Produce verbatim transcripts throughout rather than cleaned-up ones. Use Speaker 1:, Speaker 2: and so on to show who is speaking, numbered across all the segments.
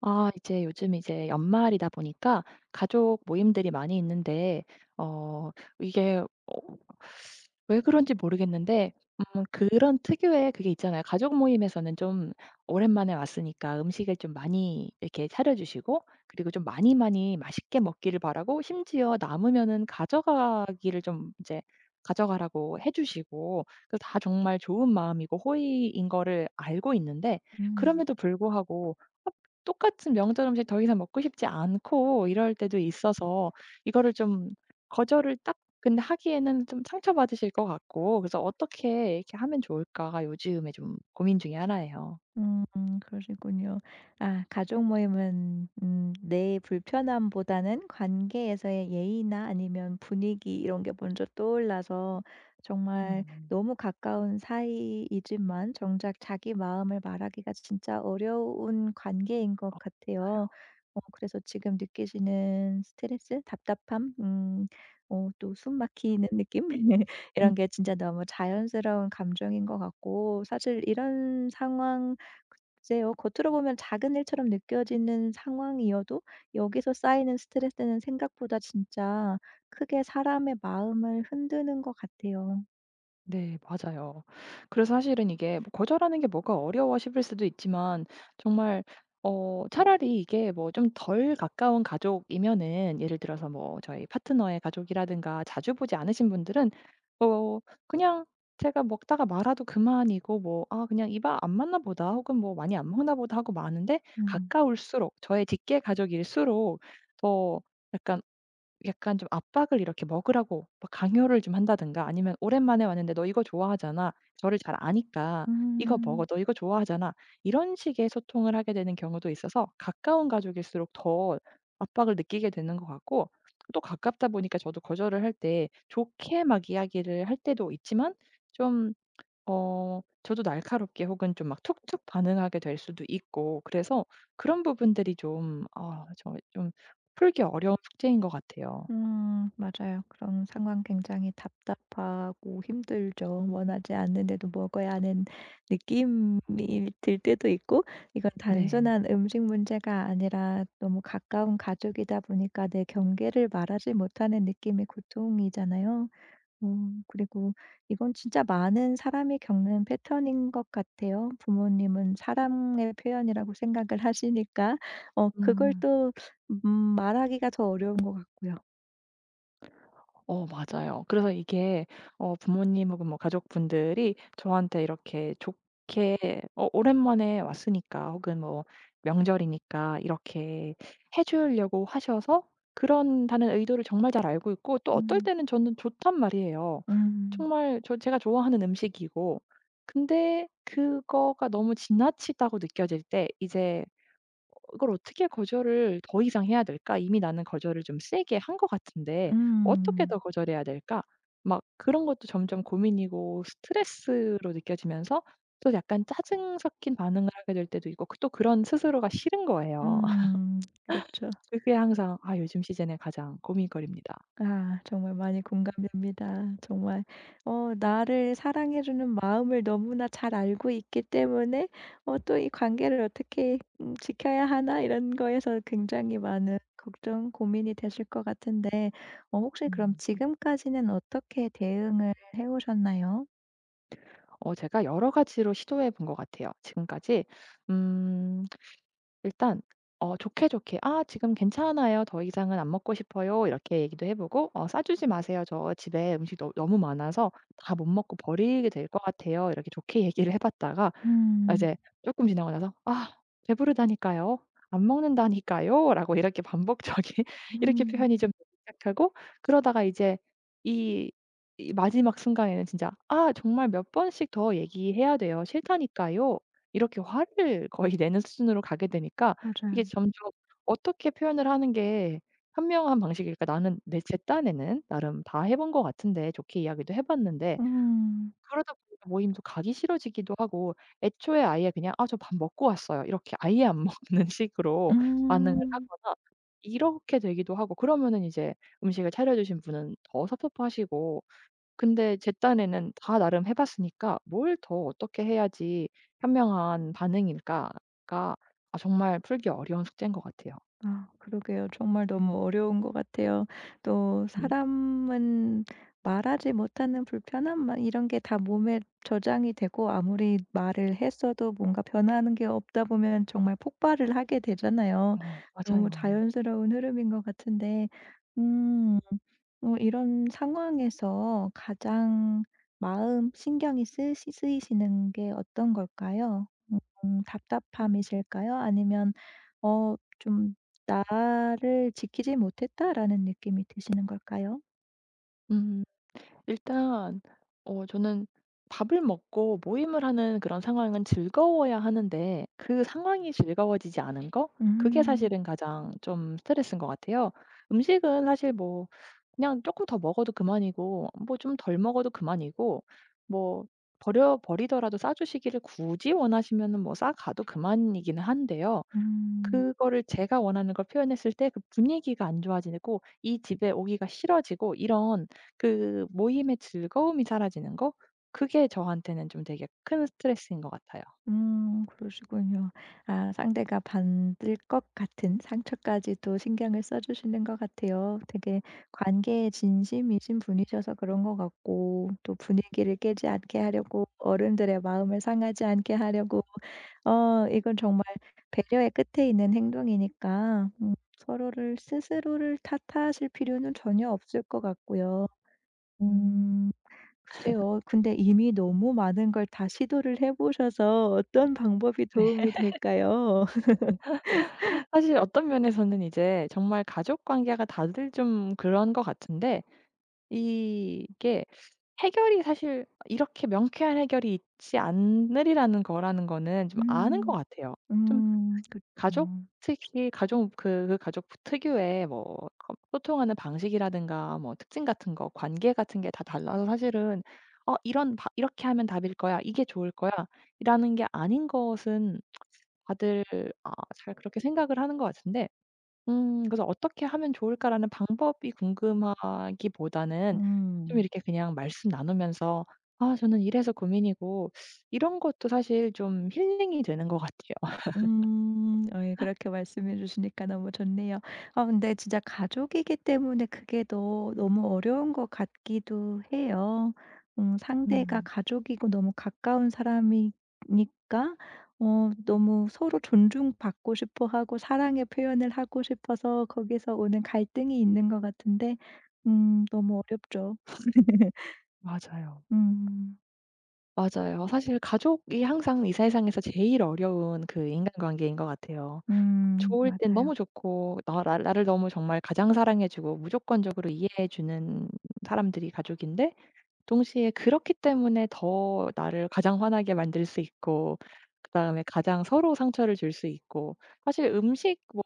Speaker 1: 아, 이제 요즘 이제 연말이다 보니까 가족 모임들이 많이 있는데, 어 이게, 어 왜 그런지 모르겠는데 음 그런 특유의 그게 있잖아요. 가족 모임에서는 좀 오랜만에 왔으니까 음식을 좀 많이 이렇게 차려 주시고, 그리고 좀 많이 많이 맛있게 먹기를 바라고, 심지어 남으면은 가져가기를 좀 이제 가져가라고 해 주시고, 그 다 정말 좋은 마음이고 호의인 거를 알고 있는데,
Speaker 2: 음.
Speaker 1: 그럼에도 불구하고, 어, 똑같은 명절 음식 더 이상 먹고 싶지 않고 이럴 때도 있어서, 이거를 좀 거절을 딱 근데 하기에는 좀 상처받으실 것 같고, 그래서 어떻게 이렇게 하면 좋을까가 요즘에 좀 고민 중에 하나예요.
Speaker 2: 음 그러시군요. 아 가족 모임은 음 내 불편함보다는 관계에서의 예의나 아니면 분위기 이런 게 먼저 떠올라서 정말
Speaker 1: 음.
Speaker 2: 너무 가까운 사이이지만 정작 자기 마음을 말하기가 진짜 어려운 관계인
Speaker 1: 어,
Speaker 2: 것 같아요.
Speaker 1: 맞아요.
Speaker 2: 어 그래서 지금 느끼시는 스트레스, 답답함, 음 어 또 숨 막히는 느낌 이런 게 진짜 너무 자연스러운 감정인 것 같고 사실 이런 상황 맞아요. 겉으로 보면 작은 일처럼 느껴지는 상황이어도 여기서 쌓이는 스트레스는 생각보다 진짜 크게 사람의 마음을 흔드는 것 같아요.
Speaker 1: 네, 맞아요. 그래서 사실은 이게 뭐 거절하는 게 뭐가 어려워 싶을 수도 있지만, 정말, 어 차라리 이게 뭐 좀 덜 가까운 가족이면은, 예를 들어서 뭐 저희 파트너의 가족이라든가 자주 보지 않으신 분들은, 어 그냥 제가 먹다가 말아도 그만이고, 뭐 '아 그냥 이봐 안 맞나 보다.' 혹은 뭐 '많이 안 먹나 보다.' 하고 마는데,
Speaker 2: 음.
Speaker 1: 가까울수록 저의 직계 가족일수록 더 약간, 약간 좀 압박을 이렇게 먹으라고 막 강요를 좀 한다든가, 아니면 "오랜만에 왔는데 너 이거 좋아하잖아. 저를 잘 아니까 이거 먹어.
Speaker 2: 음.
Speaker 1: 너 이거 좋아하잖아." 이런 식의 소통을 하게 되는 경우도 있어서 가까운 가족일수록 더 압박을 느끼게 되는 것 같고, 또 가깝다 보니까 저도 거절을 할 때 좋게 막 이야기를 할 때도 있지만, 좀, 어 저도 날카롭게 혹은 좀 막 툭툭 반응하게 될 수도 있고, 그래서 그런 부분들이 좀, 아 저 좀, 풀기 어려운 숙제인 것 같아요.
Speaker 2: 음. 맞아요. 그런 상황 굉장히 답답하고 힘들죠. 원하지 않는데도 먹어야 하는 느낌이 들 때도 있고 이건
Speaker 1: 네.
Speaker 2: 단순한 음식 문제가 아니라 너무 가까운 가족이다 보니까 내 경계를 말하지 못하는 느낌의 고통이잖아요. 음 그리고 이건 진짜 많은 사람이 겪는 패턴인 것 같아요. 부모님은 사랑의 표현이라고 생각을 하시니까 어 그걸
Speaker 1: 음.
Speaker 2: 또 음 말하기가 더 어려운 것 같고요.
Speaker 1: 어, 맞아요. 그래서 이게 어 부모님 혹은 뭐 가족분들이 저한테 이렇게 좋게, 어 오랜만에 왔으니까, 혹은 뭐 명절이니까 이렇게 해 주려고 하셔서 그런다는 의도를 정말 잘 알고 있고, 또 어떨
Speaker 2: 음.
Speaker 1: 때는 저는 좋단 말이에요.
Speaker 2: 음.
Speaker 1: 정말 저 제가 좋아하는 음식이고. 근데 그거가 너무 지나치다고 느껴질 때 이제, 이걸 어떻게 거절을 더 이상 해야 될까? 이미 나는 거절을 좀 세게 한 것 같은데 어떻게
Speaker 2: 음.
Speaker 1: 더 거절해야 될까? 막 그런 것도 점점 고민이고 스트레스로 느껴지면서 또 약간 짜증 섞인 반응을 하게 될 때도 있고, 그 또 그런 스스로가 싫은 거예요.
Speaker 2: 음. 그렇죠.
Speaker 1: 그게 항상, 아 요즘 시즌에 가장 고민거리입니다.
Speaker 2: 아 정말 많이 공감됩니다. 정말 어 나를 사랑해 주는 마음을 너무나 잘 알고 있기 때문에 어 또 이 관계를 어떻게 음 '지켜야 하나?' 이런 거에서 굉장히 많은 걱정, 고민이 되실 것 같은데 어 혹시 그럼
Speaker 1: 음.
Speaker 2: 지금까지는 어떻게 대응을 해 오셨나요?
Speaker 1: 어 제가 여러 가지로 시도해 본 것 같아요, 지금까지. 음. 일단 어 좋게 좋게 "아 지금 괜찮아요. 더 이상은 안 먹고 싶어요." 이렇게 얘기도 해 보고, "어 싸주지 마세요. 저 집에 음식 너 너무 많아서 다 못 먹고 버리게 될 것 같아요." 이렇게 좋게 얘기를 해 봤다가, 아
Speaker 2: 음.
Speaker 1: 이제 조금 지나고 나서 "아 배부르다니까요. 안 먹는다니까요."라고, 이렇게 반복적인 이렇게
Speaker 2: 음.
Speaker 1: 표현이 좀 시작하고, 그러다가 이제, 이 이 마지막 순간에는 진짜 "아 정말 몇 번씩 더 얘기해야 돼요. 싫다니까요." 이렇게 화를 거의 내는 수준으로 가게 되니까, 이게
Speaker 2: 맞아요.
Speaker 1: 점점 어떻게 표현을 하는 게 현명한 방식일까? 나는 내 제 딴에는 나름 다 해본 것 같은데, 좋게 이야기도 해 봤는데,
Speaker 2: 음.
Speaker 1: 그러다 보니까 모임도 가기 싫어지기도 하고, 애초에 아예 그냥 "아 저 밥 먹고 왔어요." 이렇게 아예 안 먹는 식으로 반응을
Speaker 2: 음.
Speaker 1: 하거나 이렇게 되기도 하고, 그러면은 이제 음식을 차려 주신 분은 더 섭섭하시고, 근데 제 딴에는 다 나름 해 봤으니까 '뭘 더 어떻게 해야지 현명한 반응일까?'가, 아 정말 풀기 어려운 숙제인 것 같아요.
Speaker 2: 아 그러게요. 정말 너무 어려운 것 같아요. 또
Speaker 1: 음,
Speaker 2: 사람은 말하지 못하는 불편함 막 이런 게 다 몸에 저장이 되고 아무리 말을 했어도 뭔가 변하는 게 없다 보면 정말 폭발을 하게 되잖아요.
Speaker 1: 어,
Speaker 2: 너무
Speaker 1: 맞아요.
Speaker 2: 자연스러운 흐름인 것 같은데 음 어 이런 상황에서 가장 마음 신경이 쓰시 쓰이시는 게 어떤 걸까요? 음 답답함이실까요? 아니면 어좀 나를 지키지 못했다'라는 느낌이 드시는 걸까요?
Speaker 1: 음. 일단 어 저는, 밥을 먹고 모임을 하는 그런 상황은 즐거워야 하는데 그 상황이 즐거워지지 않은 거? 그게
Speaker 2: 음.
Speaker 1: 사실은 가장 좀 스트레스인 것 같아요. 음식은 사실 뭐 그냥 조금 더 먹어도 그만이고, 뭐 좀 덜 먹어도 그만이고, 뭐 버려 버리더라도 싸 주시기를 굳이 원하시면은 뭐 싸 가도 그만이기는 한데요.
Speaker 2: 음.
Speaker 1: 그거를 제가 원하는 걸 표현했을 때 그 분위기가 안 좋아지고 이 집에 오기가 싫어지고, 이런 그 모임의 즐거움이 사라지는 거, 그게 저한테는 좀 되게 큰 스트레스인 것 같아요.
Speaker 2: 음 그러시군요. 아 상대가 받을 것 같은 상처까지도 신경을 써 주시는 것 같아요. 되게 관계에 진심이신 분이셔서 그런 것 같고 또 분위기를 깨지 않게 하려고 어른들의 마음을 상하지 않게 하려고 어 이건 정말 배려의 끝에 있는 행동이니까 음 서로를 스스로를 탓하실 필요는 전혀 없을 것 같고요.
Speaker 1: 음.
Speaker 2: 음. 글쎄요. 근데 이미 너무 많은 걸 다 시도를 해 보셔서 어떤 방법이 도움이 될까요?
Speaker 1: 사실 어떤 면에서는 이제 정말 가족 관계가 다들 좀 그런 것 같은데, 이게 해결이, 사실 이렇게 명쾌한 해결이 있지 않으리라는 거라는 거는 좀 아는 것
Speaker 2: 음.
Speaker 1: 같아요.
Speaker 2: 음. 그렇
Speaker 1: 가족
Speaker 2: 죠
Speaker 1: 특히 가족, 그 그 가족 특유의 뭐 거 소통하는 방식이라든가 뭐 특징 같은 거, 관계 같은 게 다 달라서, 사실은 '어 이런 바 이렇게 하면 답일 거야. 이게 좋을 거야.'라는 게 아닌 것은 다들, 아 잘 그렇게 생각을 하는 것 같은데, 음 그래서 '어떻게 하면 좋을까.'라는 방법이 궁금하기보다는, 좀
Speaker 2: 음.
Speaker 1: 이렇게 그냥 말씀 나누면서 '아 저는 이래서 고민이고.' 이런 것도 사실 좀 힐링이 되는 것 같아요.
Speaker 2: 음. 어이 그렇게 말씀해 주시니까 너무 좋네요. 아 근데 진짜 가족이기 때문에 그게 더 너무 어려운 것 같기도 해요. 음 상대가
Speaker 1: 음,
Speaker 2: 가족이고 너무 가까운 사람이니까 어 너무 서로 존중받고 싶어 하고 사랑의 표현을 하고 싶어서 거기서 오는 갈등이 있는 것 같은데 음 너무 어렵죠.
Speaker 1: 맞아요.
Speaker 2: 음.
Speaker 1: 맞아요. 사실 가족이 항상 이 세상에서 제일 어려운 그 인간관계인 것 같아요.
Speaker 2: 음
Speaker 1: 좋을 땐 너무
Speaker 2: 맞아요.
Speaker 1: 좋고, 나 나 나를 너무 정말 가장 사랑해 주고 무조건적으로 이해해 주는 사람들이 가족인데, 동시에 그렇기 때문에 더 나를 가장 화나게 만들 수 있고, 그다음에 가장 서로 상처를 줄 수 있고, 사실 음식 뭐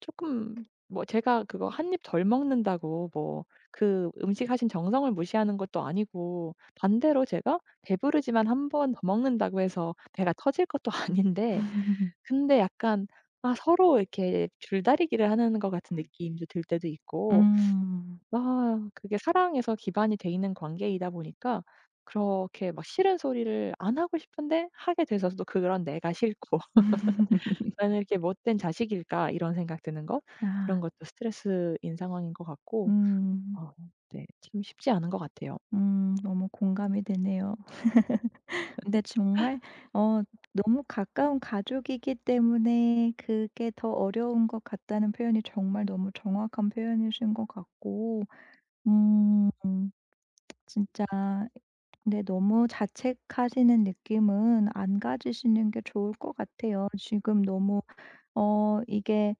Speaker 1: 조금, 뭐 제가 그거 한 입 덜 먹는다고 뭐 그 음식 하신 정성을 무시하는 것도 아니고, 반대로 제가 배부르지만 한 번 더 먹는다고 해서 배가 터질 것도 아닌데, 근데 약간, 아 서로 이렇게 줄다리기를 하는 것 같은 음. 느낌도 들 때도 있고,
Speaker 2: 음.
Speaker 1: 아 그게 사랑에서 기반이 돼 있는 관계이다 보니까 그렇게 막 싫은 소리를 안 하고 싶은데 하게 돼서 또 그런 내가 싫고, '나는 이렇게 못된 자식일까?' 이런 생각 드는 것, 그런
Speaker 2: 아.
Speaker 1: 것도 스트레스인 상황인 것 같고,
Speaker 2: 음.
Speaker 1: 어 네, 참 쉽지 않은 것 같아요.
Speaker 2: 음 너무 공감이 되네요. 근데 정말 어 너무 가까운 가족이기 때문에 그게 더 어려운 것 같다는 표현이 정말 너무 정확한 표현이신 것 같고 음 진짜 근데 너무 자책하시는 느낌은 안 가지시는 게 좋을 것 같아요. 지금 너무 어 이게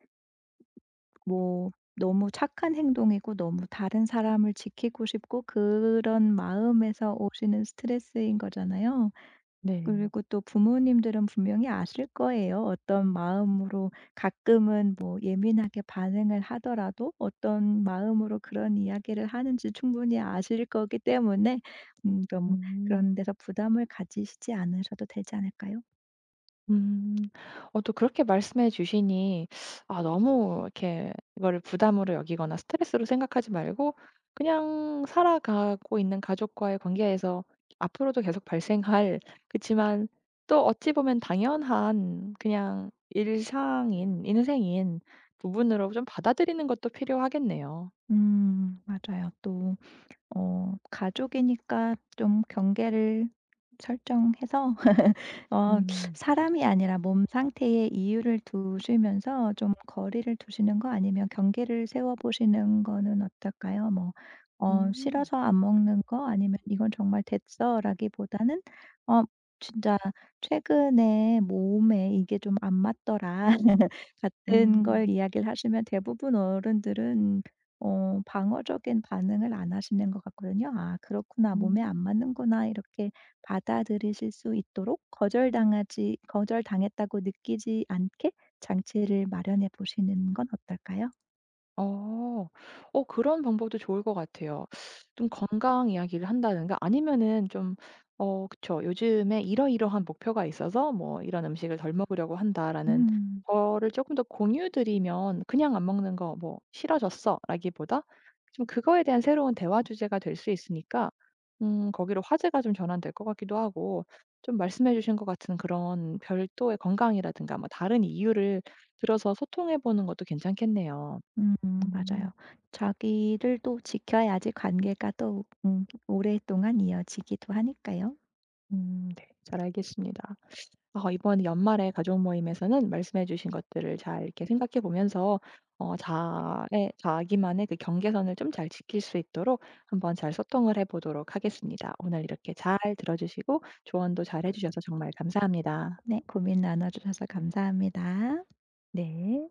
Speaker 2: 뭐 너무 착한 행동이고 너무 다른 사람을 지키고 싶고 그런 마음에서 오시는 스트레스인 거잖아요.
Speaker 1: 네.
Speaker 2: 그리고 또 부모님들은 분명히 아실 거예요. 어떤 마음으로 가끔은 뭐 예민하게 반응을 하더라도 어떤 마음으로 그런 이야기를 하는지 충분히 아실 거기 때문에 음 너무
Speaker 1: 음.
Speaker 2: 그런 데서 부담을 가지시지 않으셔도 되지 않을까요?
Speaker 1: 음. 어 또 그렇게 말씀해 주시니, 아 너무 이렇게 이거를 부담으로 여기거나 스트레스로 생각하지 말고, 그냥 살아가고 있는 가족과의 관계에서 앞으로도 계속 발생할, 그치만 또 어찌 보면 당연한 그냥 일상인, 인생인 부분으로 좀 받아들이는 것도 필요하겠네요.
Speaker 2: 음 맞아요. 또 어 가족이니까 좀 경계를 설정해서 어
Speaker 1: 음.
Speaker 2: 사람이 아니라 몸 상태에 이유를 두시면서 좀 거리를 두시는 거 아니면 경계를 세워 보시는 거는 어떨까요? 뭐 어
Speaker 1: 음.
Speaker 2: 싫어서 안 먹는 거 아니면 "이건 정말 됐어."라기보다는 어 진짜 "최근에 몸에 이게 좀 안 맞더라." 같은
Speaker 1: 음.
Speaker 2: 걸 이야기를 하시면 대부분 어른들은 어 방어적인 반응을 안 하시는 것 같거든요. '아 그렇구나. 몸에 안
Speaker 1: 음.
Speaker 2: 맞는구나.' 이렇게 받아들이실 수 있도록 거절당하지 거절당했다고 느끼지 않게 장치를 마련해 보시는 건 어떨까요?
Speaker 1: 어. 어 그런 방법도 좋을 것 같아요. 좀 건강 이야기를 한다든가 아니면은, 좀 어 그쵸. "요즘에 이러이러한 목표가 있어서 뭐 이런 음식을 덜 먹으려고 한다."라는
Speaker 2: 음.
Speaker 1: 거를 조금 더 공유 드리면, 그냥 "안 먹는 거 뭐 싫어졌어."라기보다 좀 그거에 대한 새로운 대화 주제가 될 수 있으니까, 음 거기로 화제가 좀 전환될 것 같기도 하고, 좀 말씀해 주신 것 같은 그런 별도의 건강이라든가 뭐 다른 이유를 들어서 소통해 보는 것도 괜찮겠네요.
Speaker 2: 음
Speaker 1: 음.
Speaker 2: 맞아요. 자기를 또 지켜야지 관계가 또 음 오랫동안 이어지기도 하니까요.
Speaker 1: 음, 네. 잘 알겠습니다. 어, 이번 연말에 가족 모임에서는 말씀해 주신 것들을 잘 이렇게 생각해 보면서, 어 자의 자기만의 그 경계선을 좀 잘 지킬 수 있도록 한번 잘 소통을 해 보도록 하겠습니다. 오늘 이렇게 잘 들어 주시고 조언도 잘 해 주셔서 정말 감사합니다.
Speaker 2: 네, 고민 나눠 주셔서 감사합니다.
Speaker 1: 네.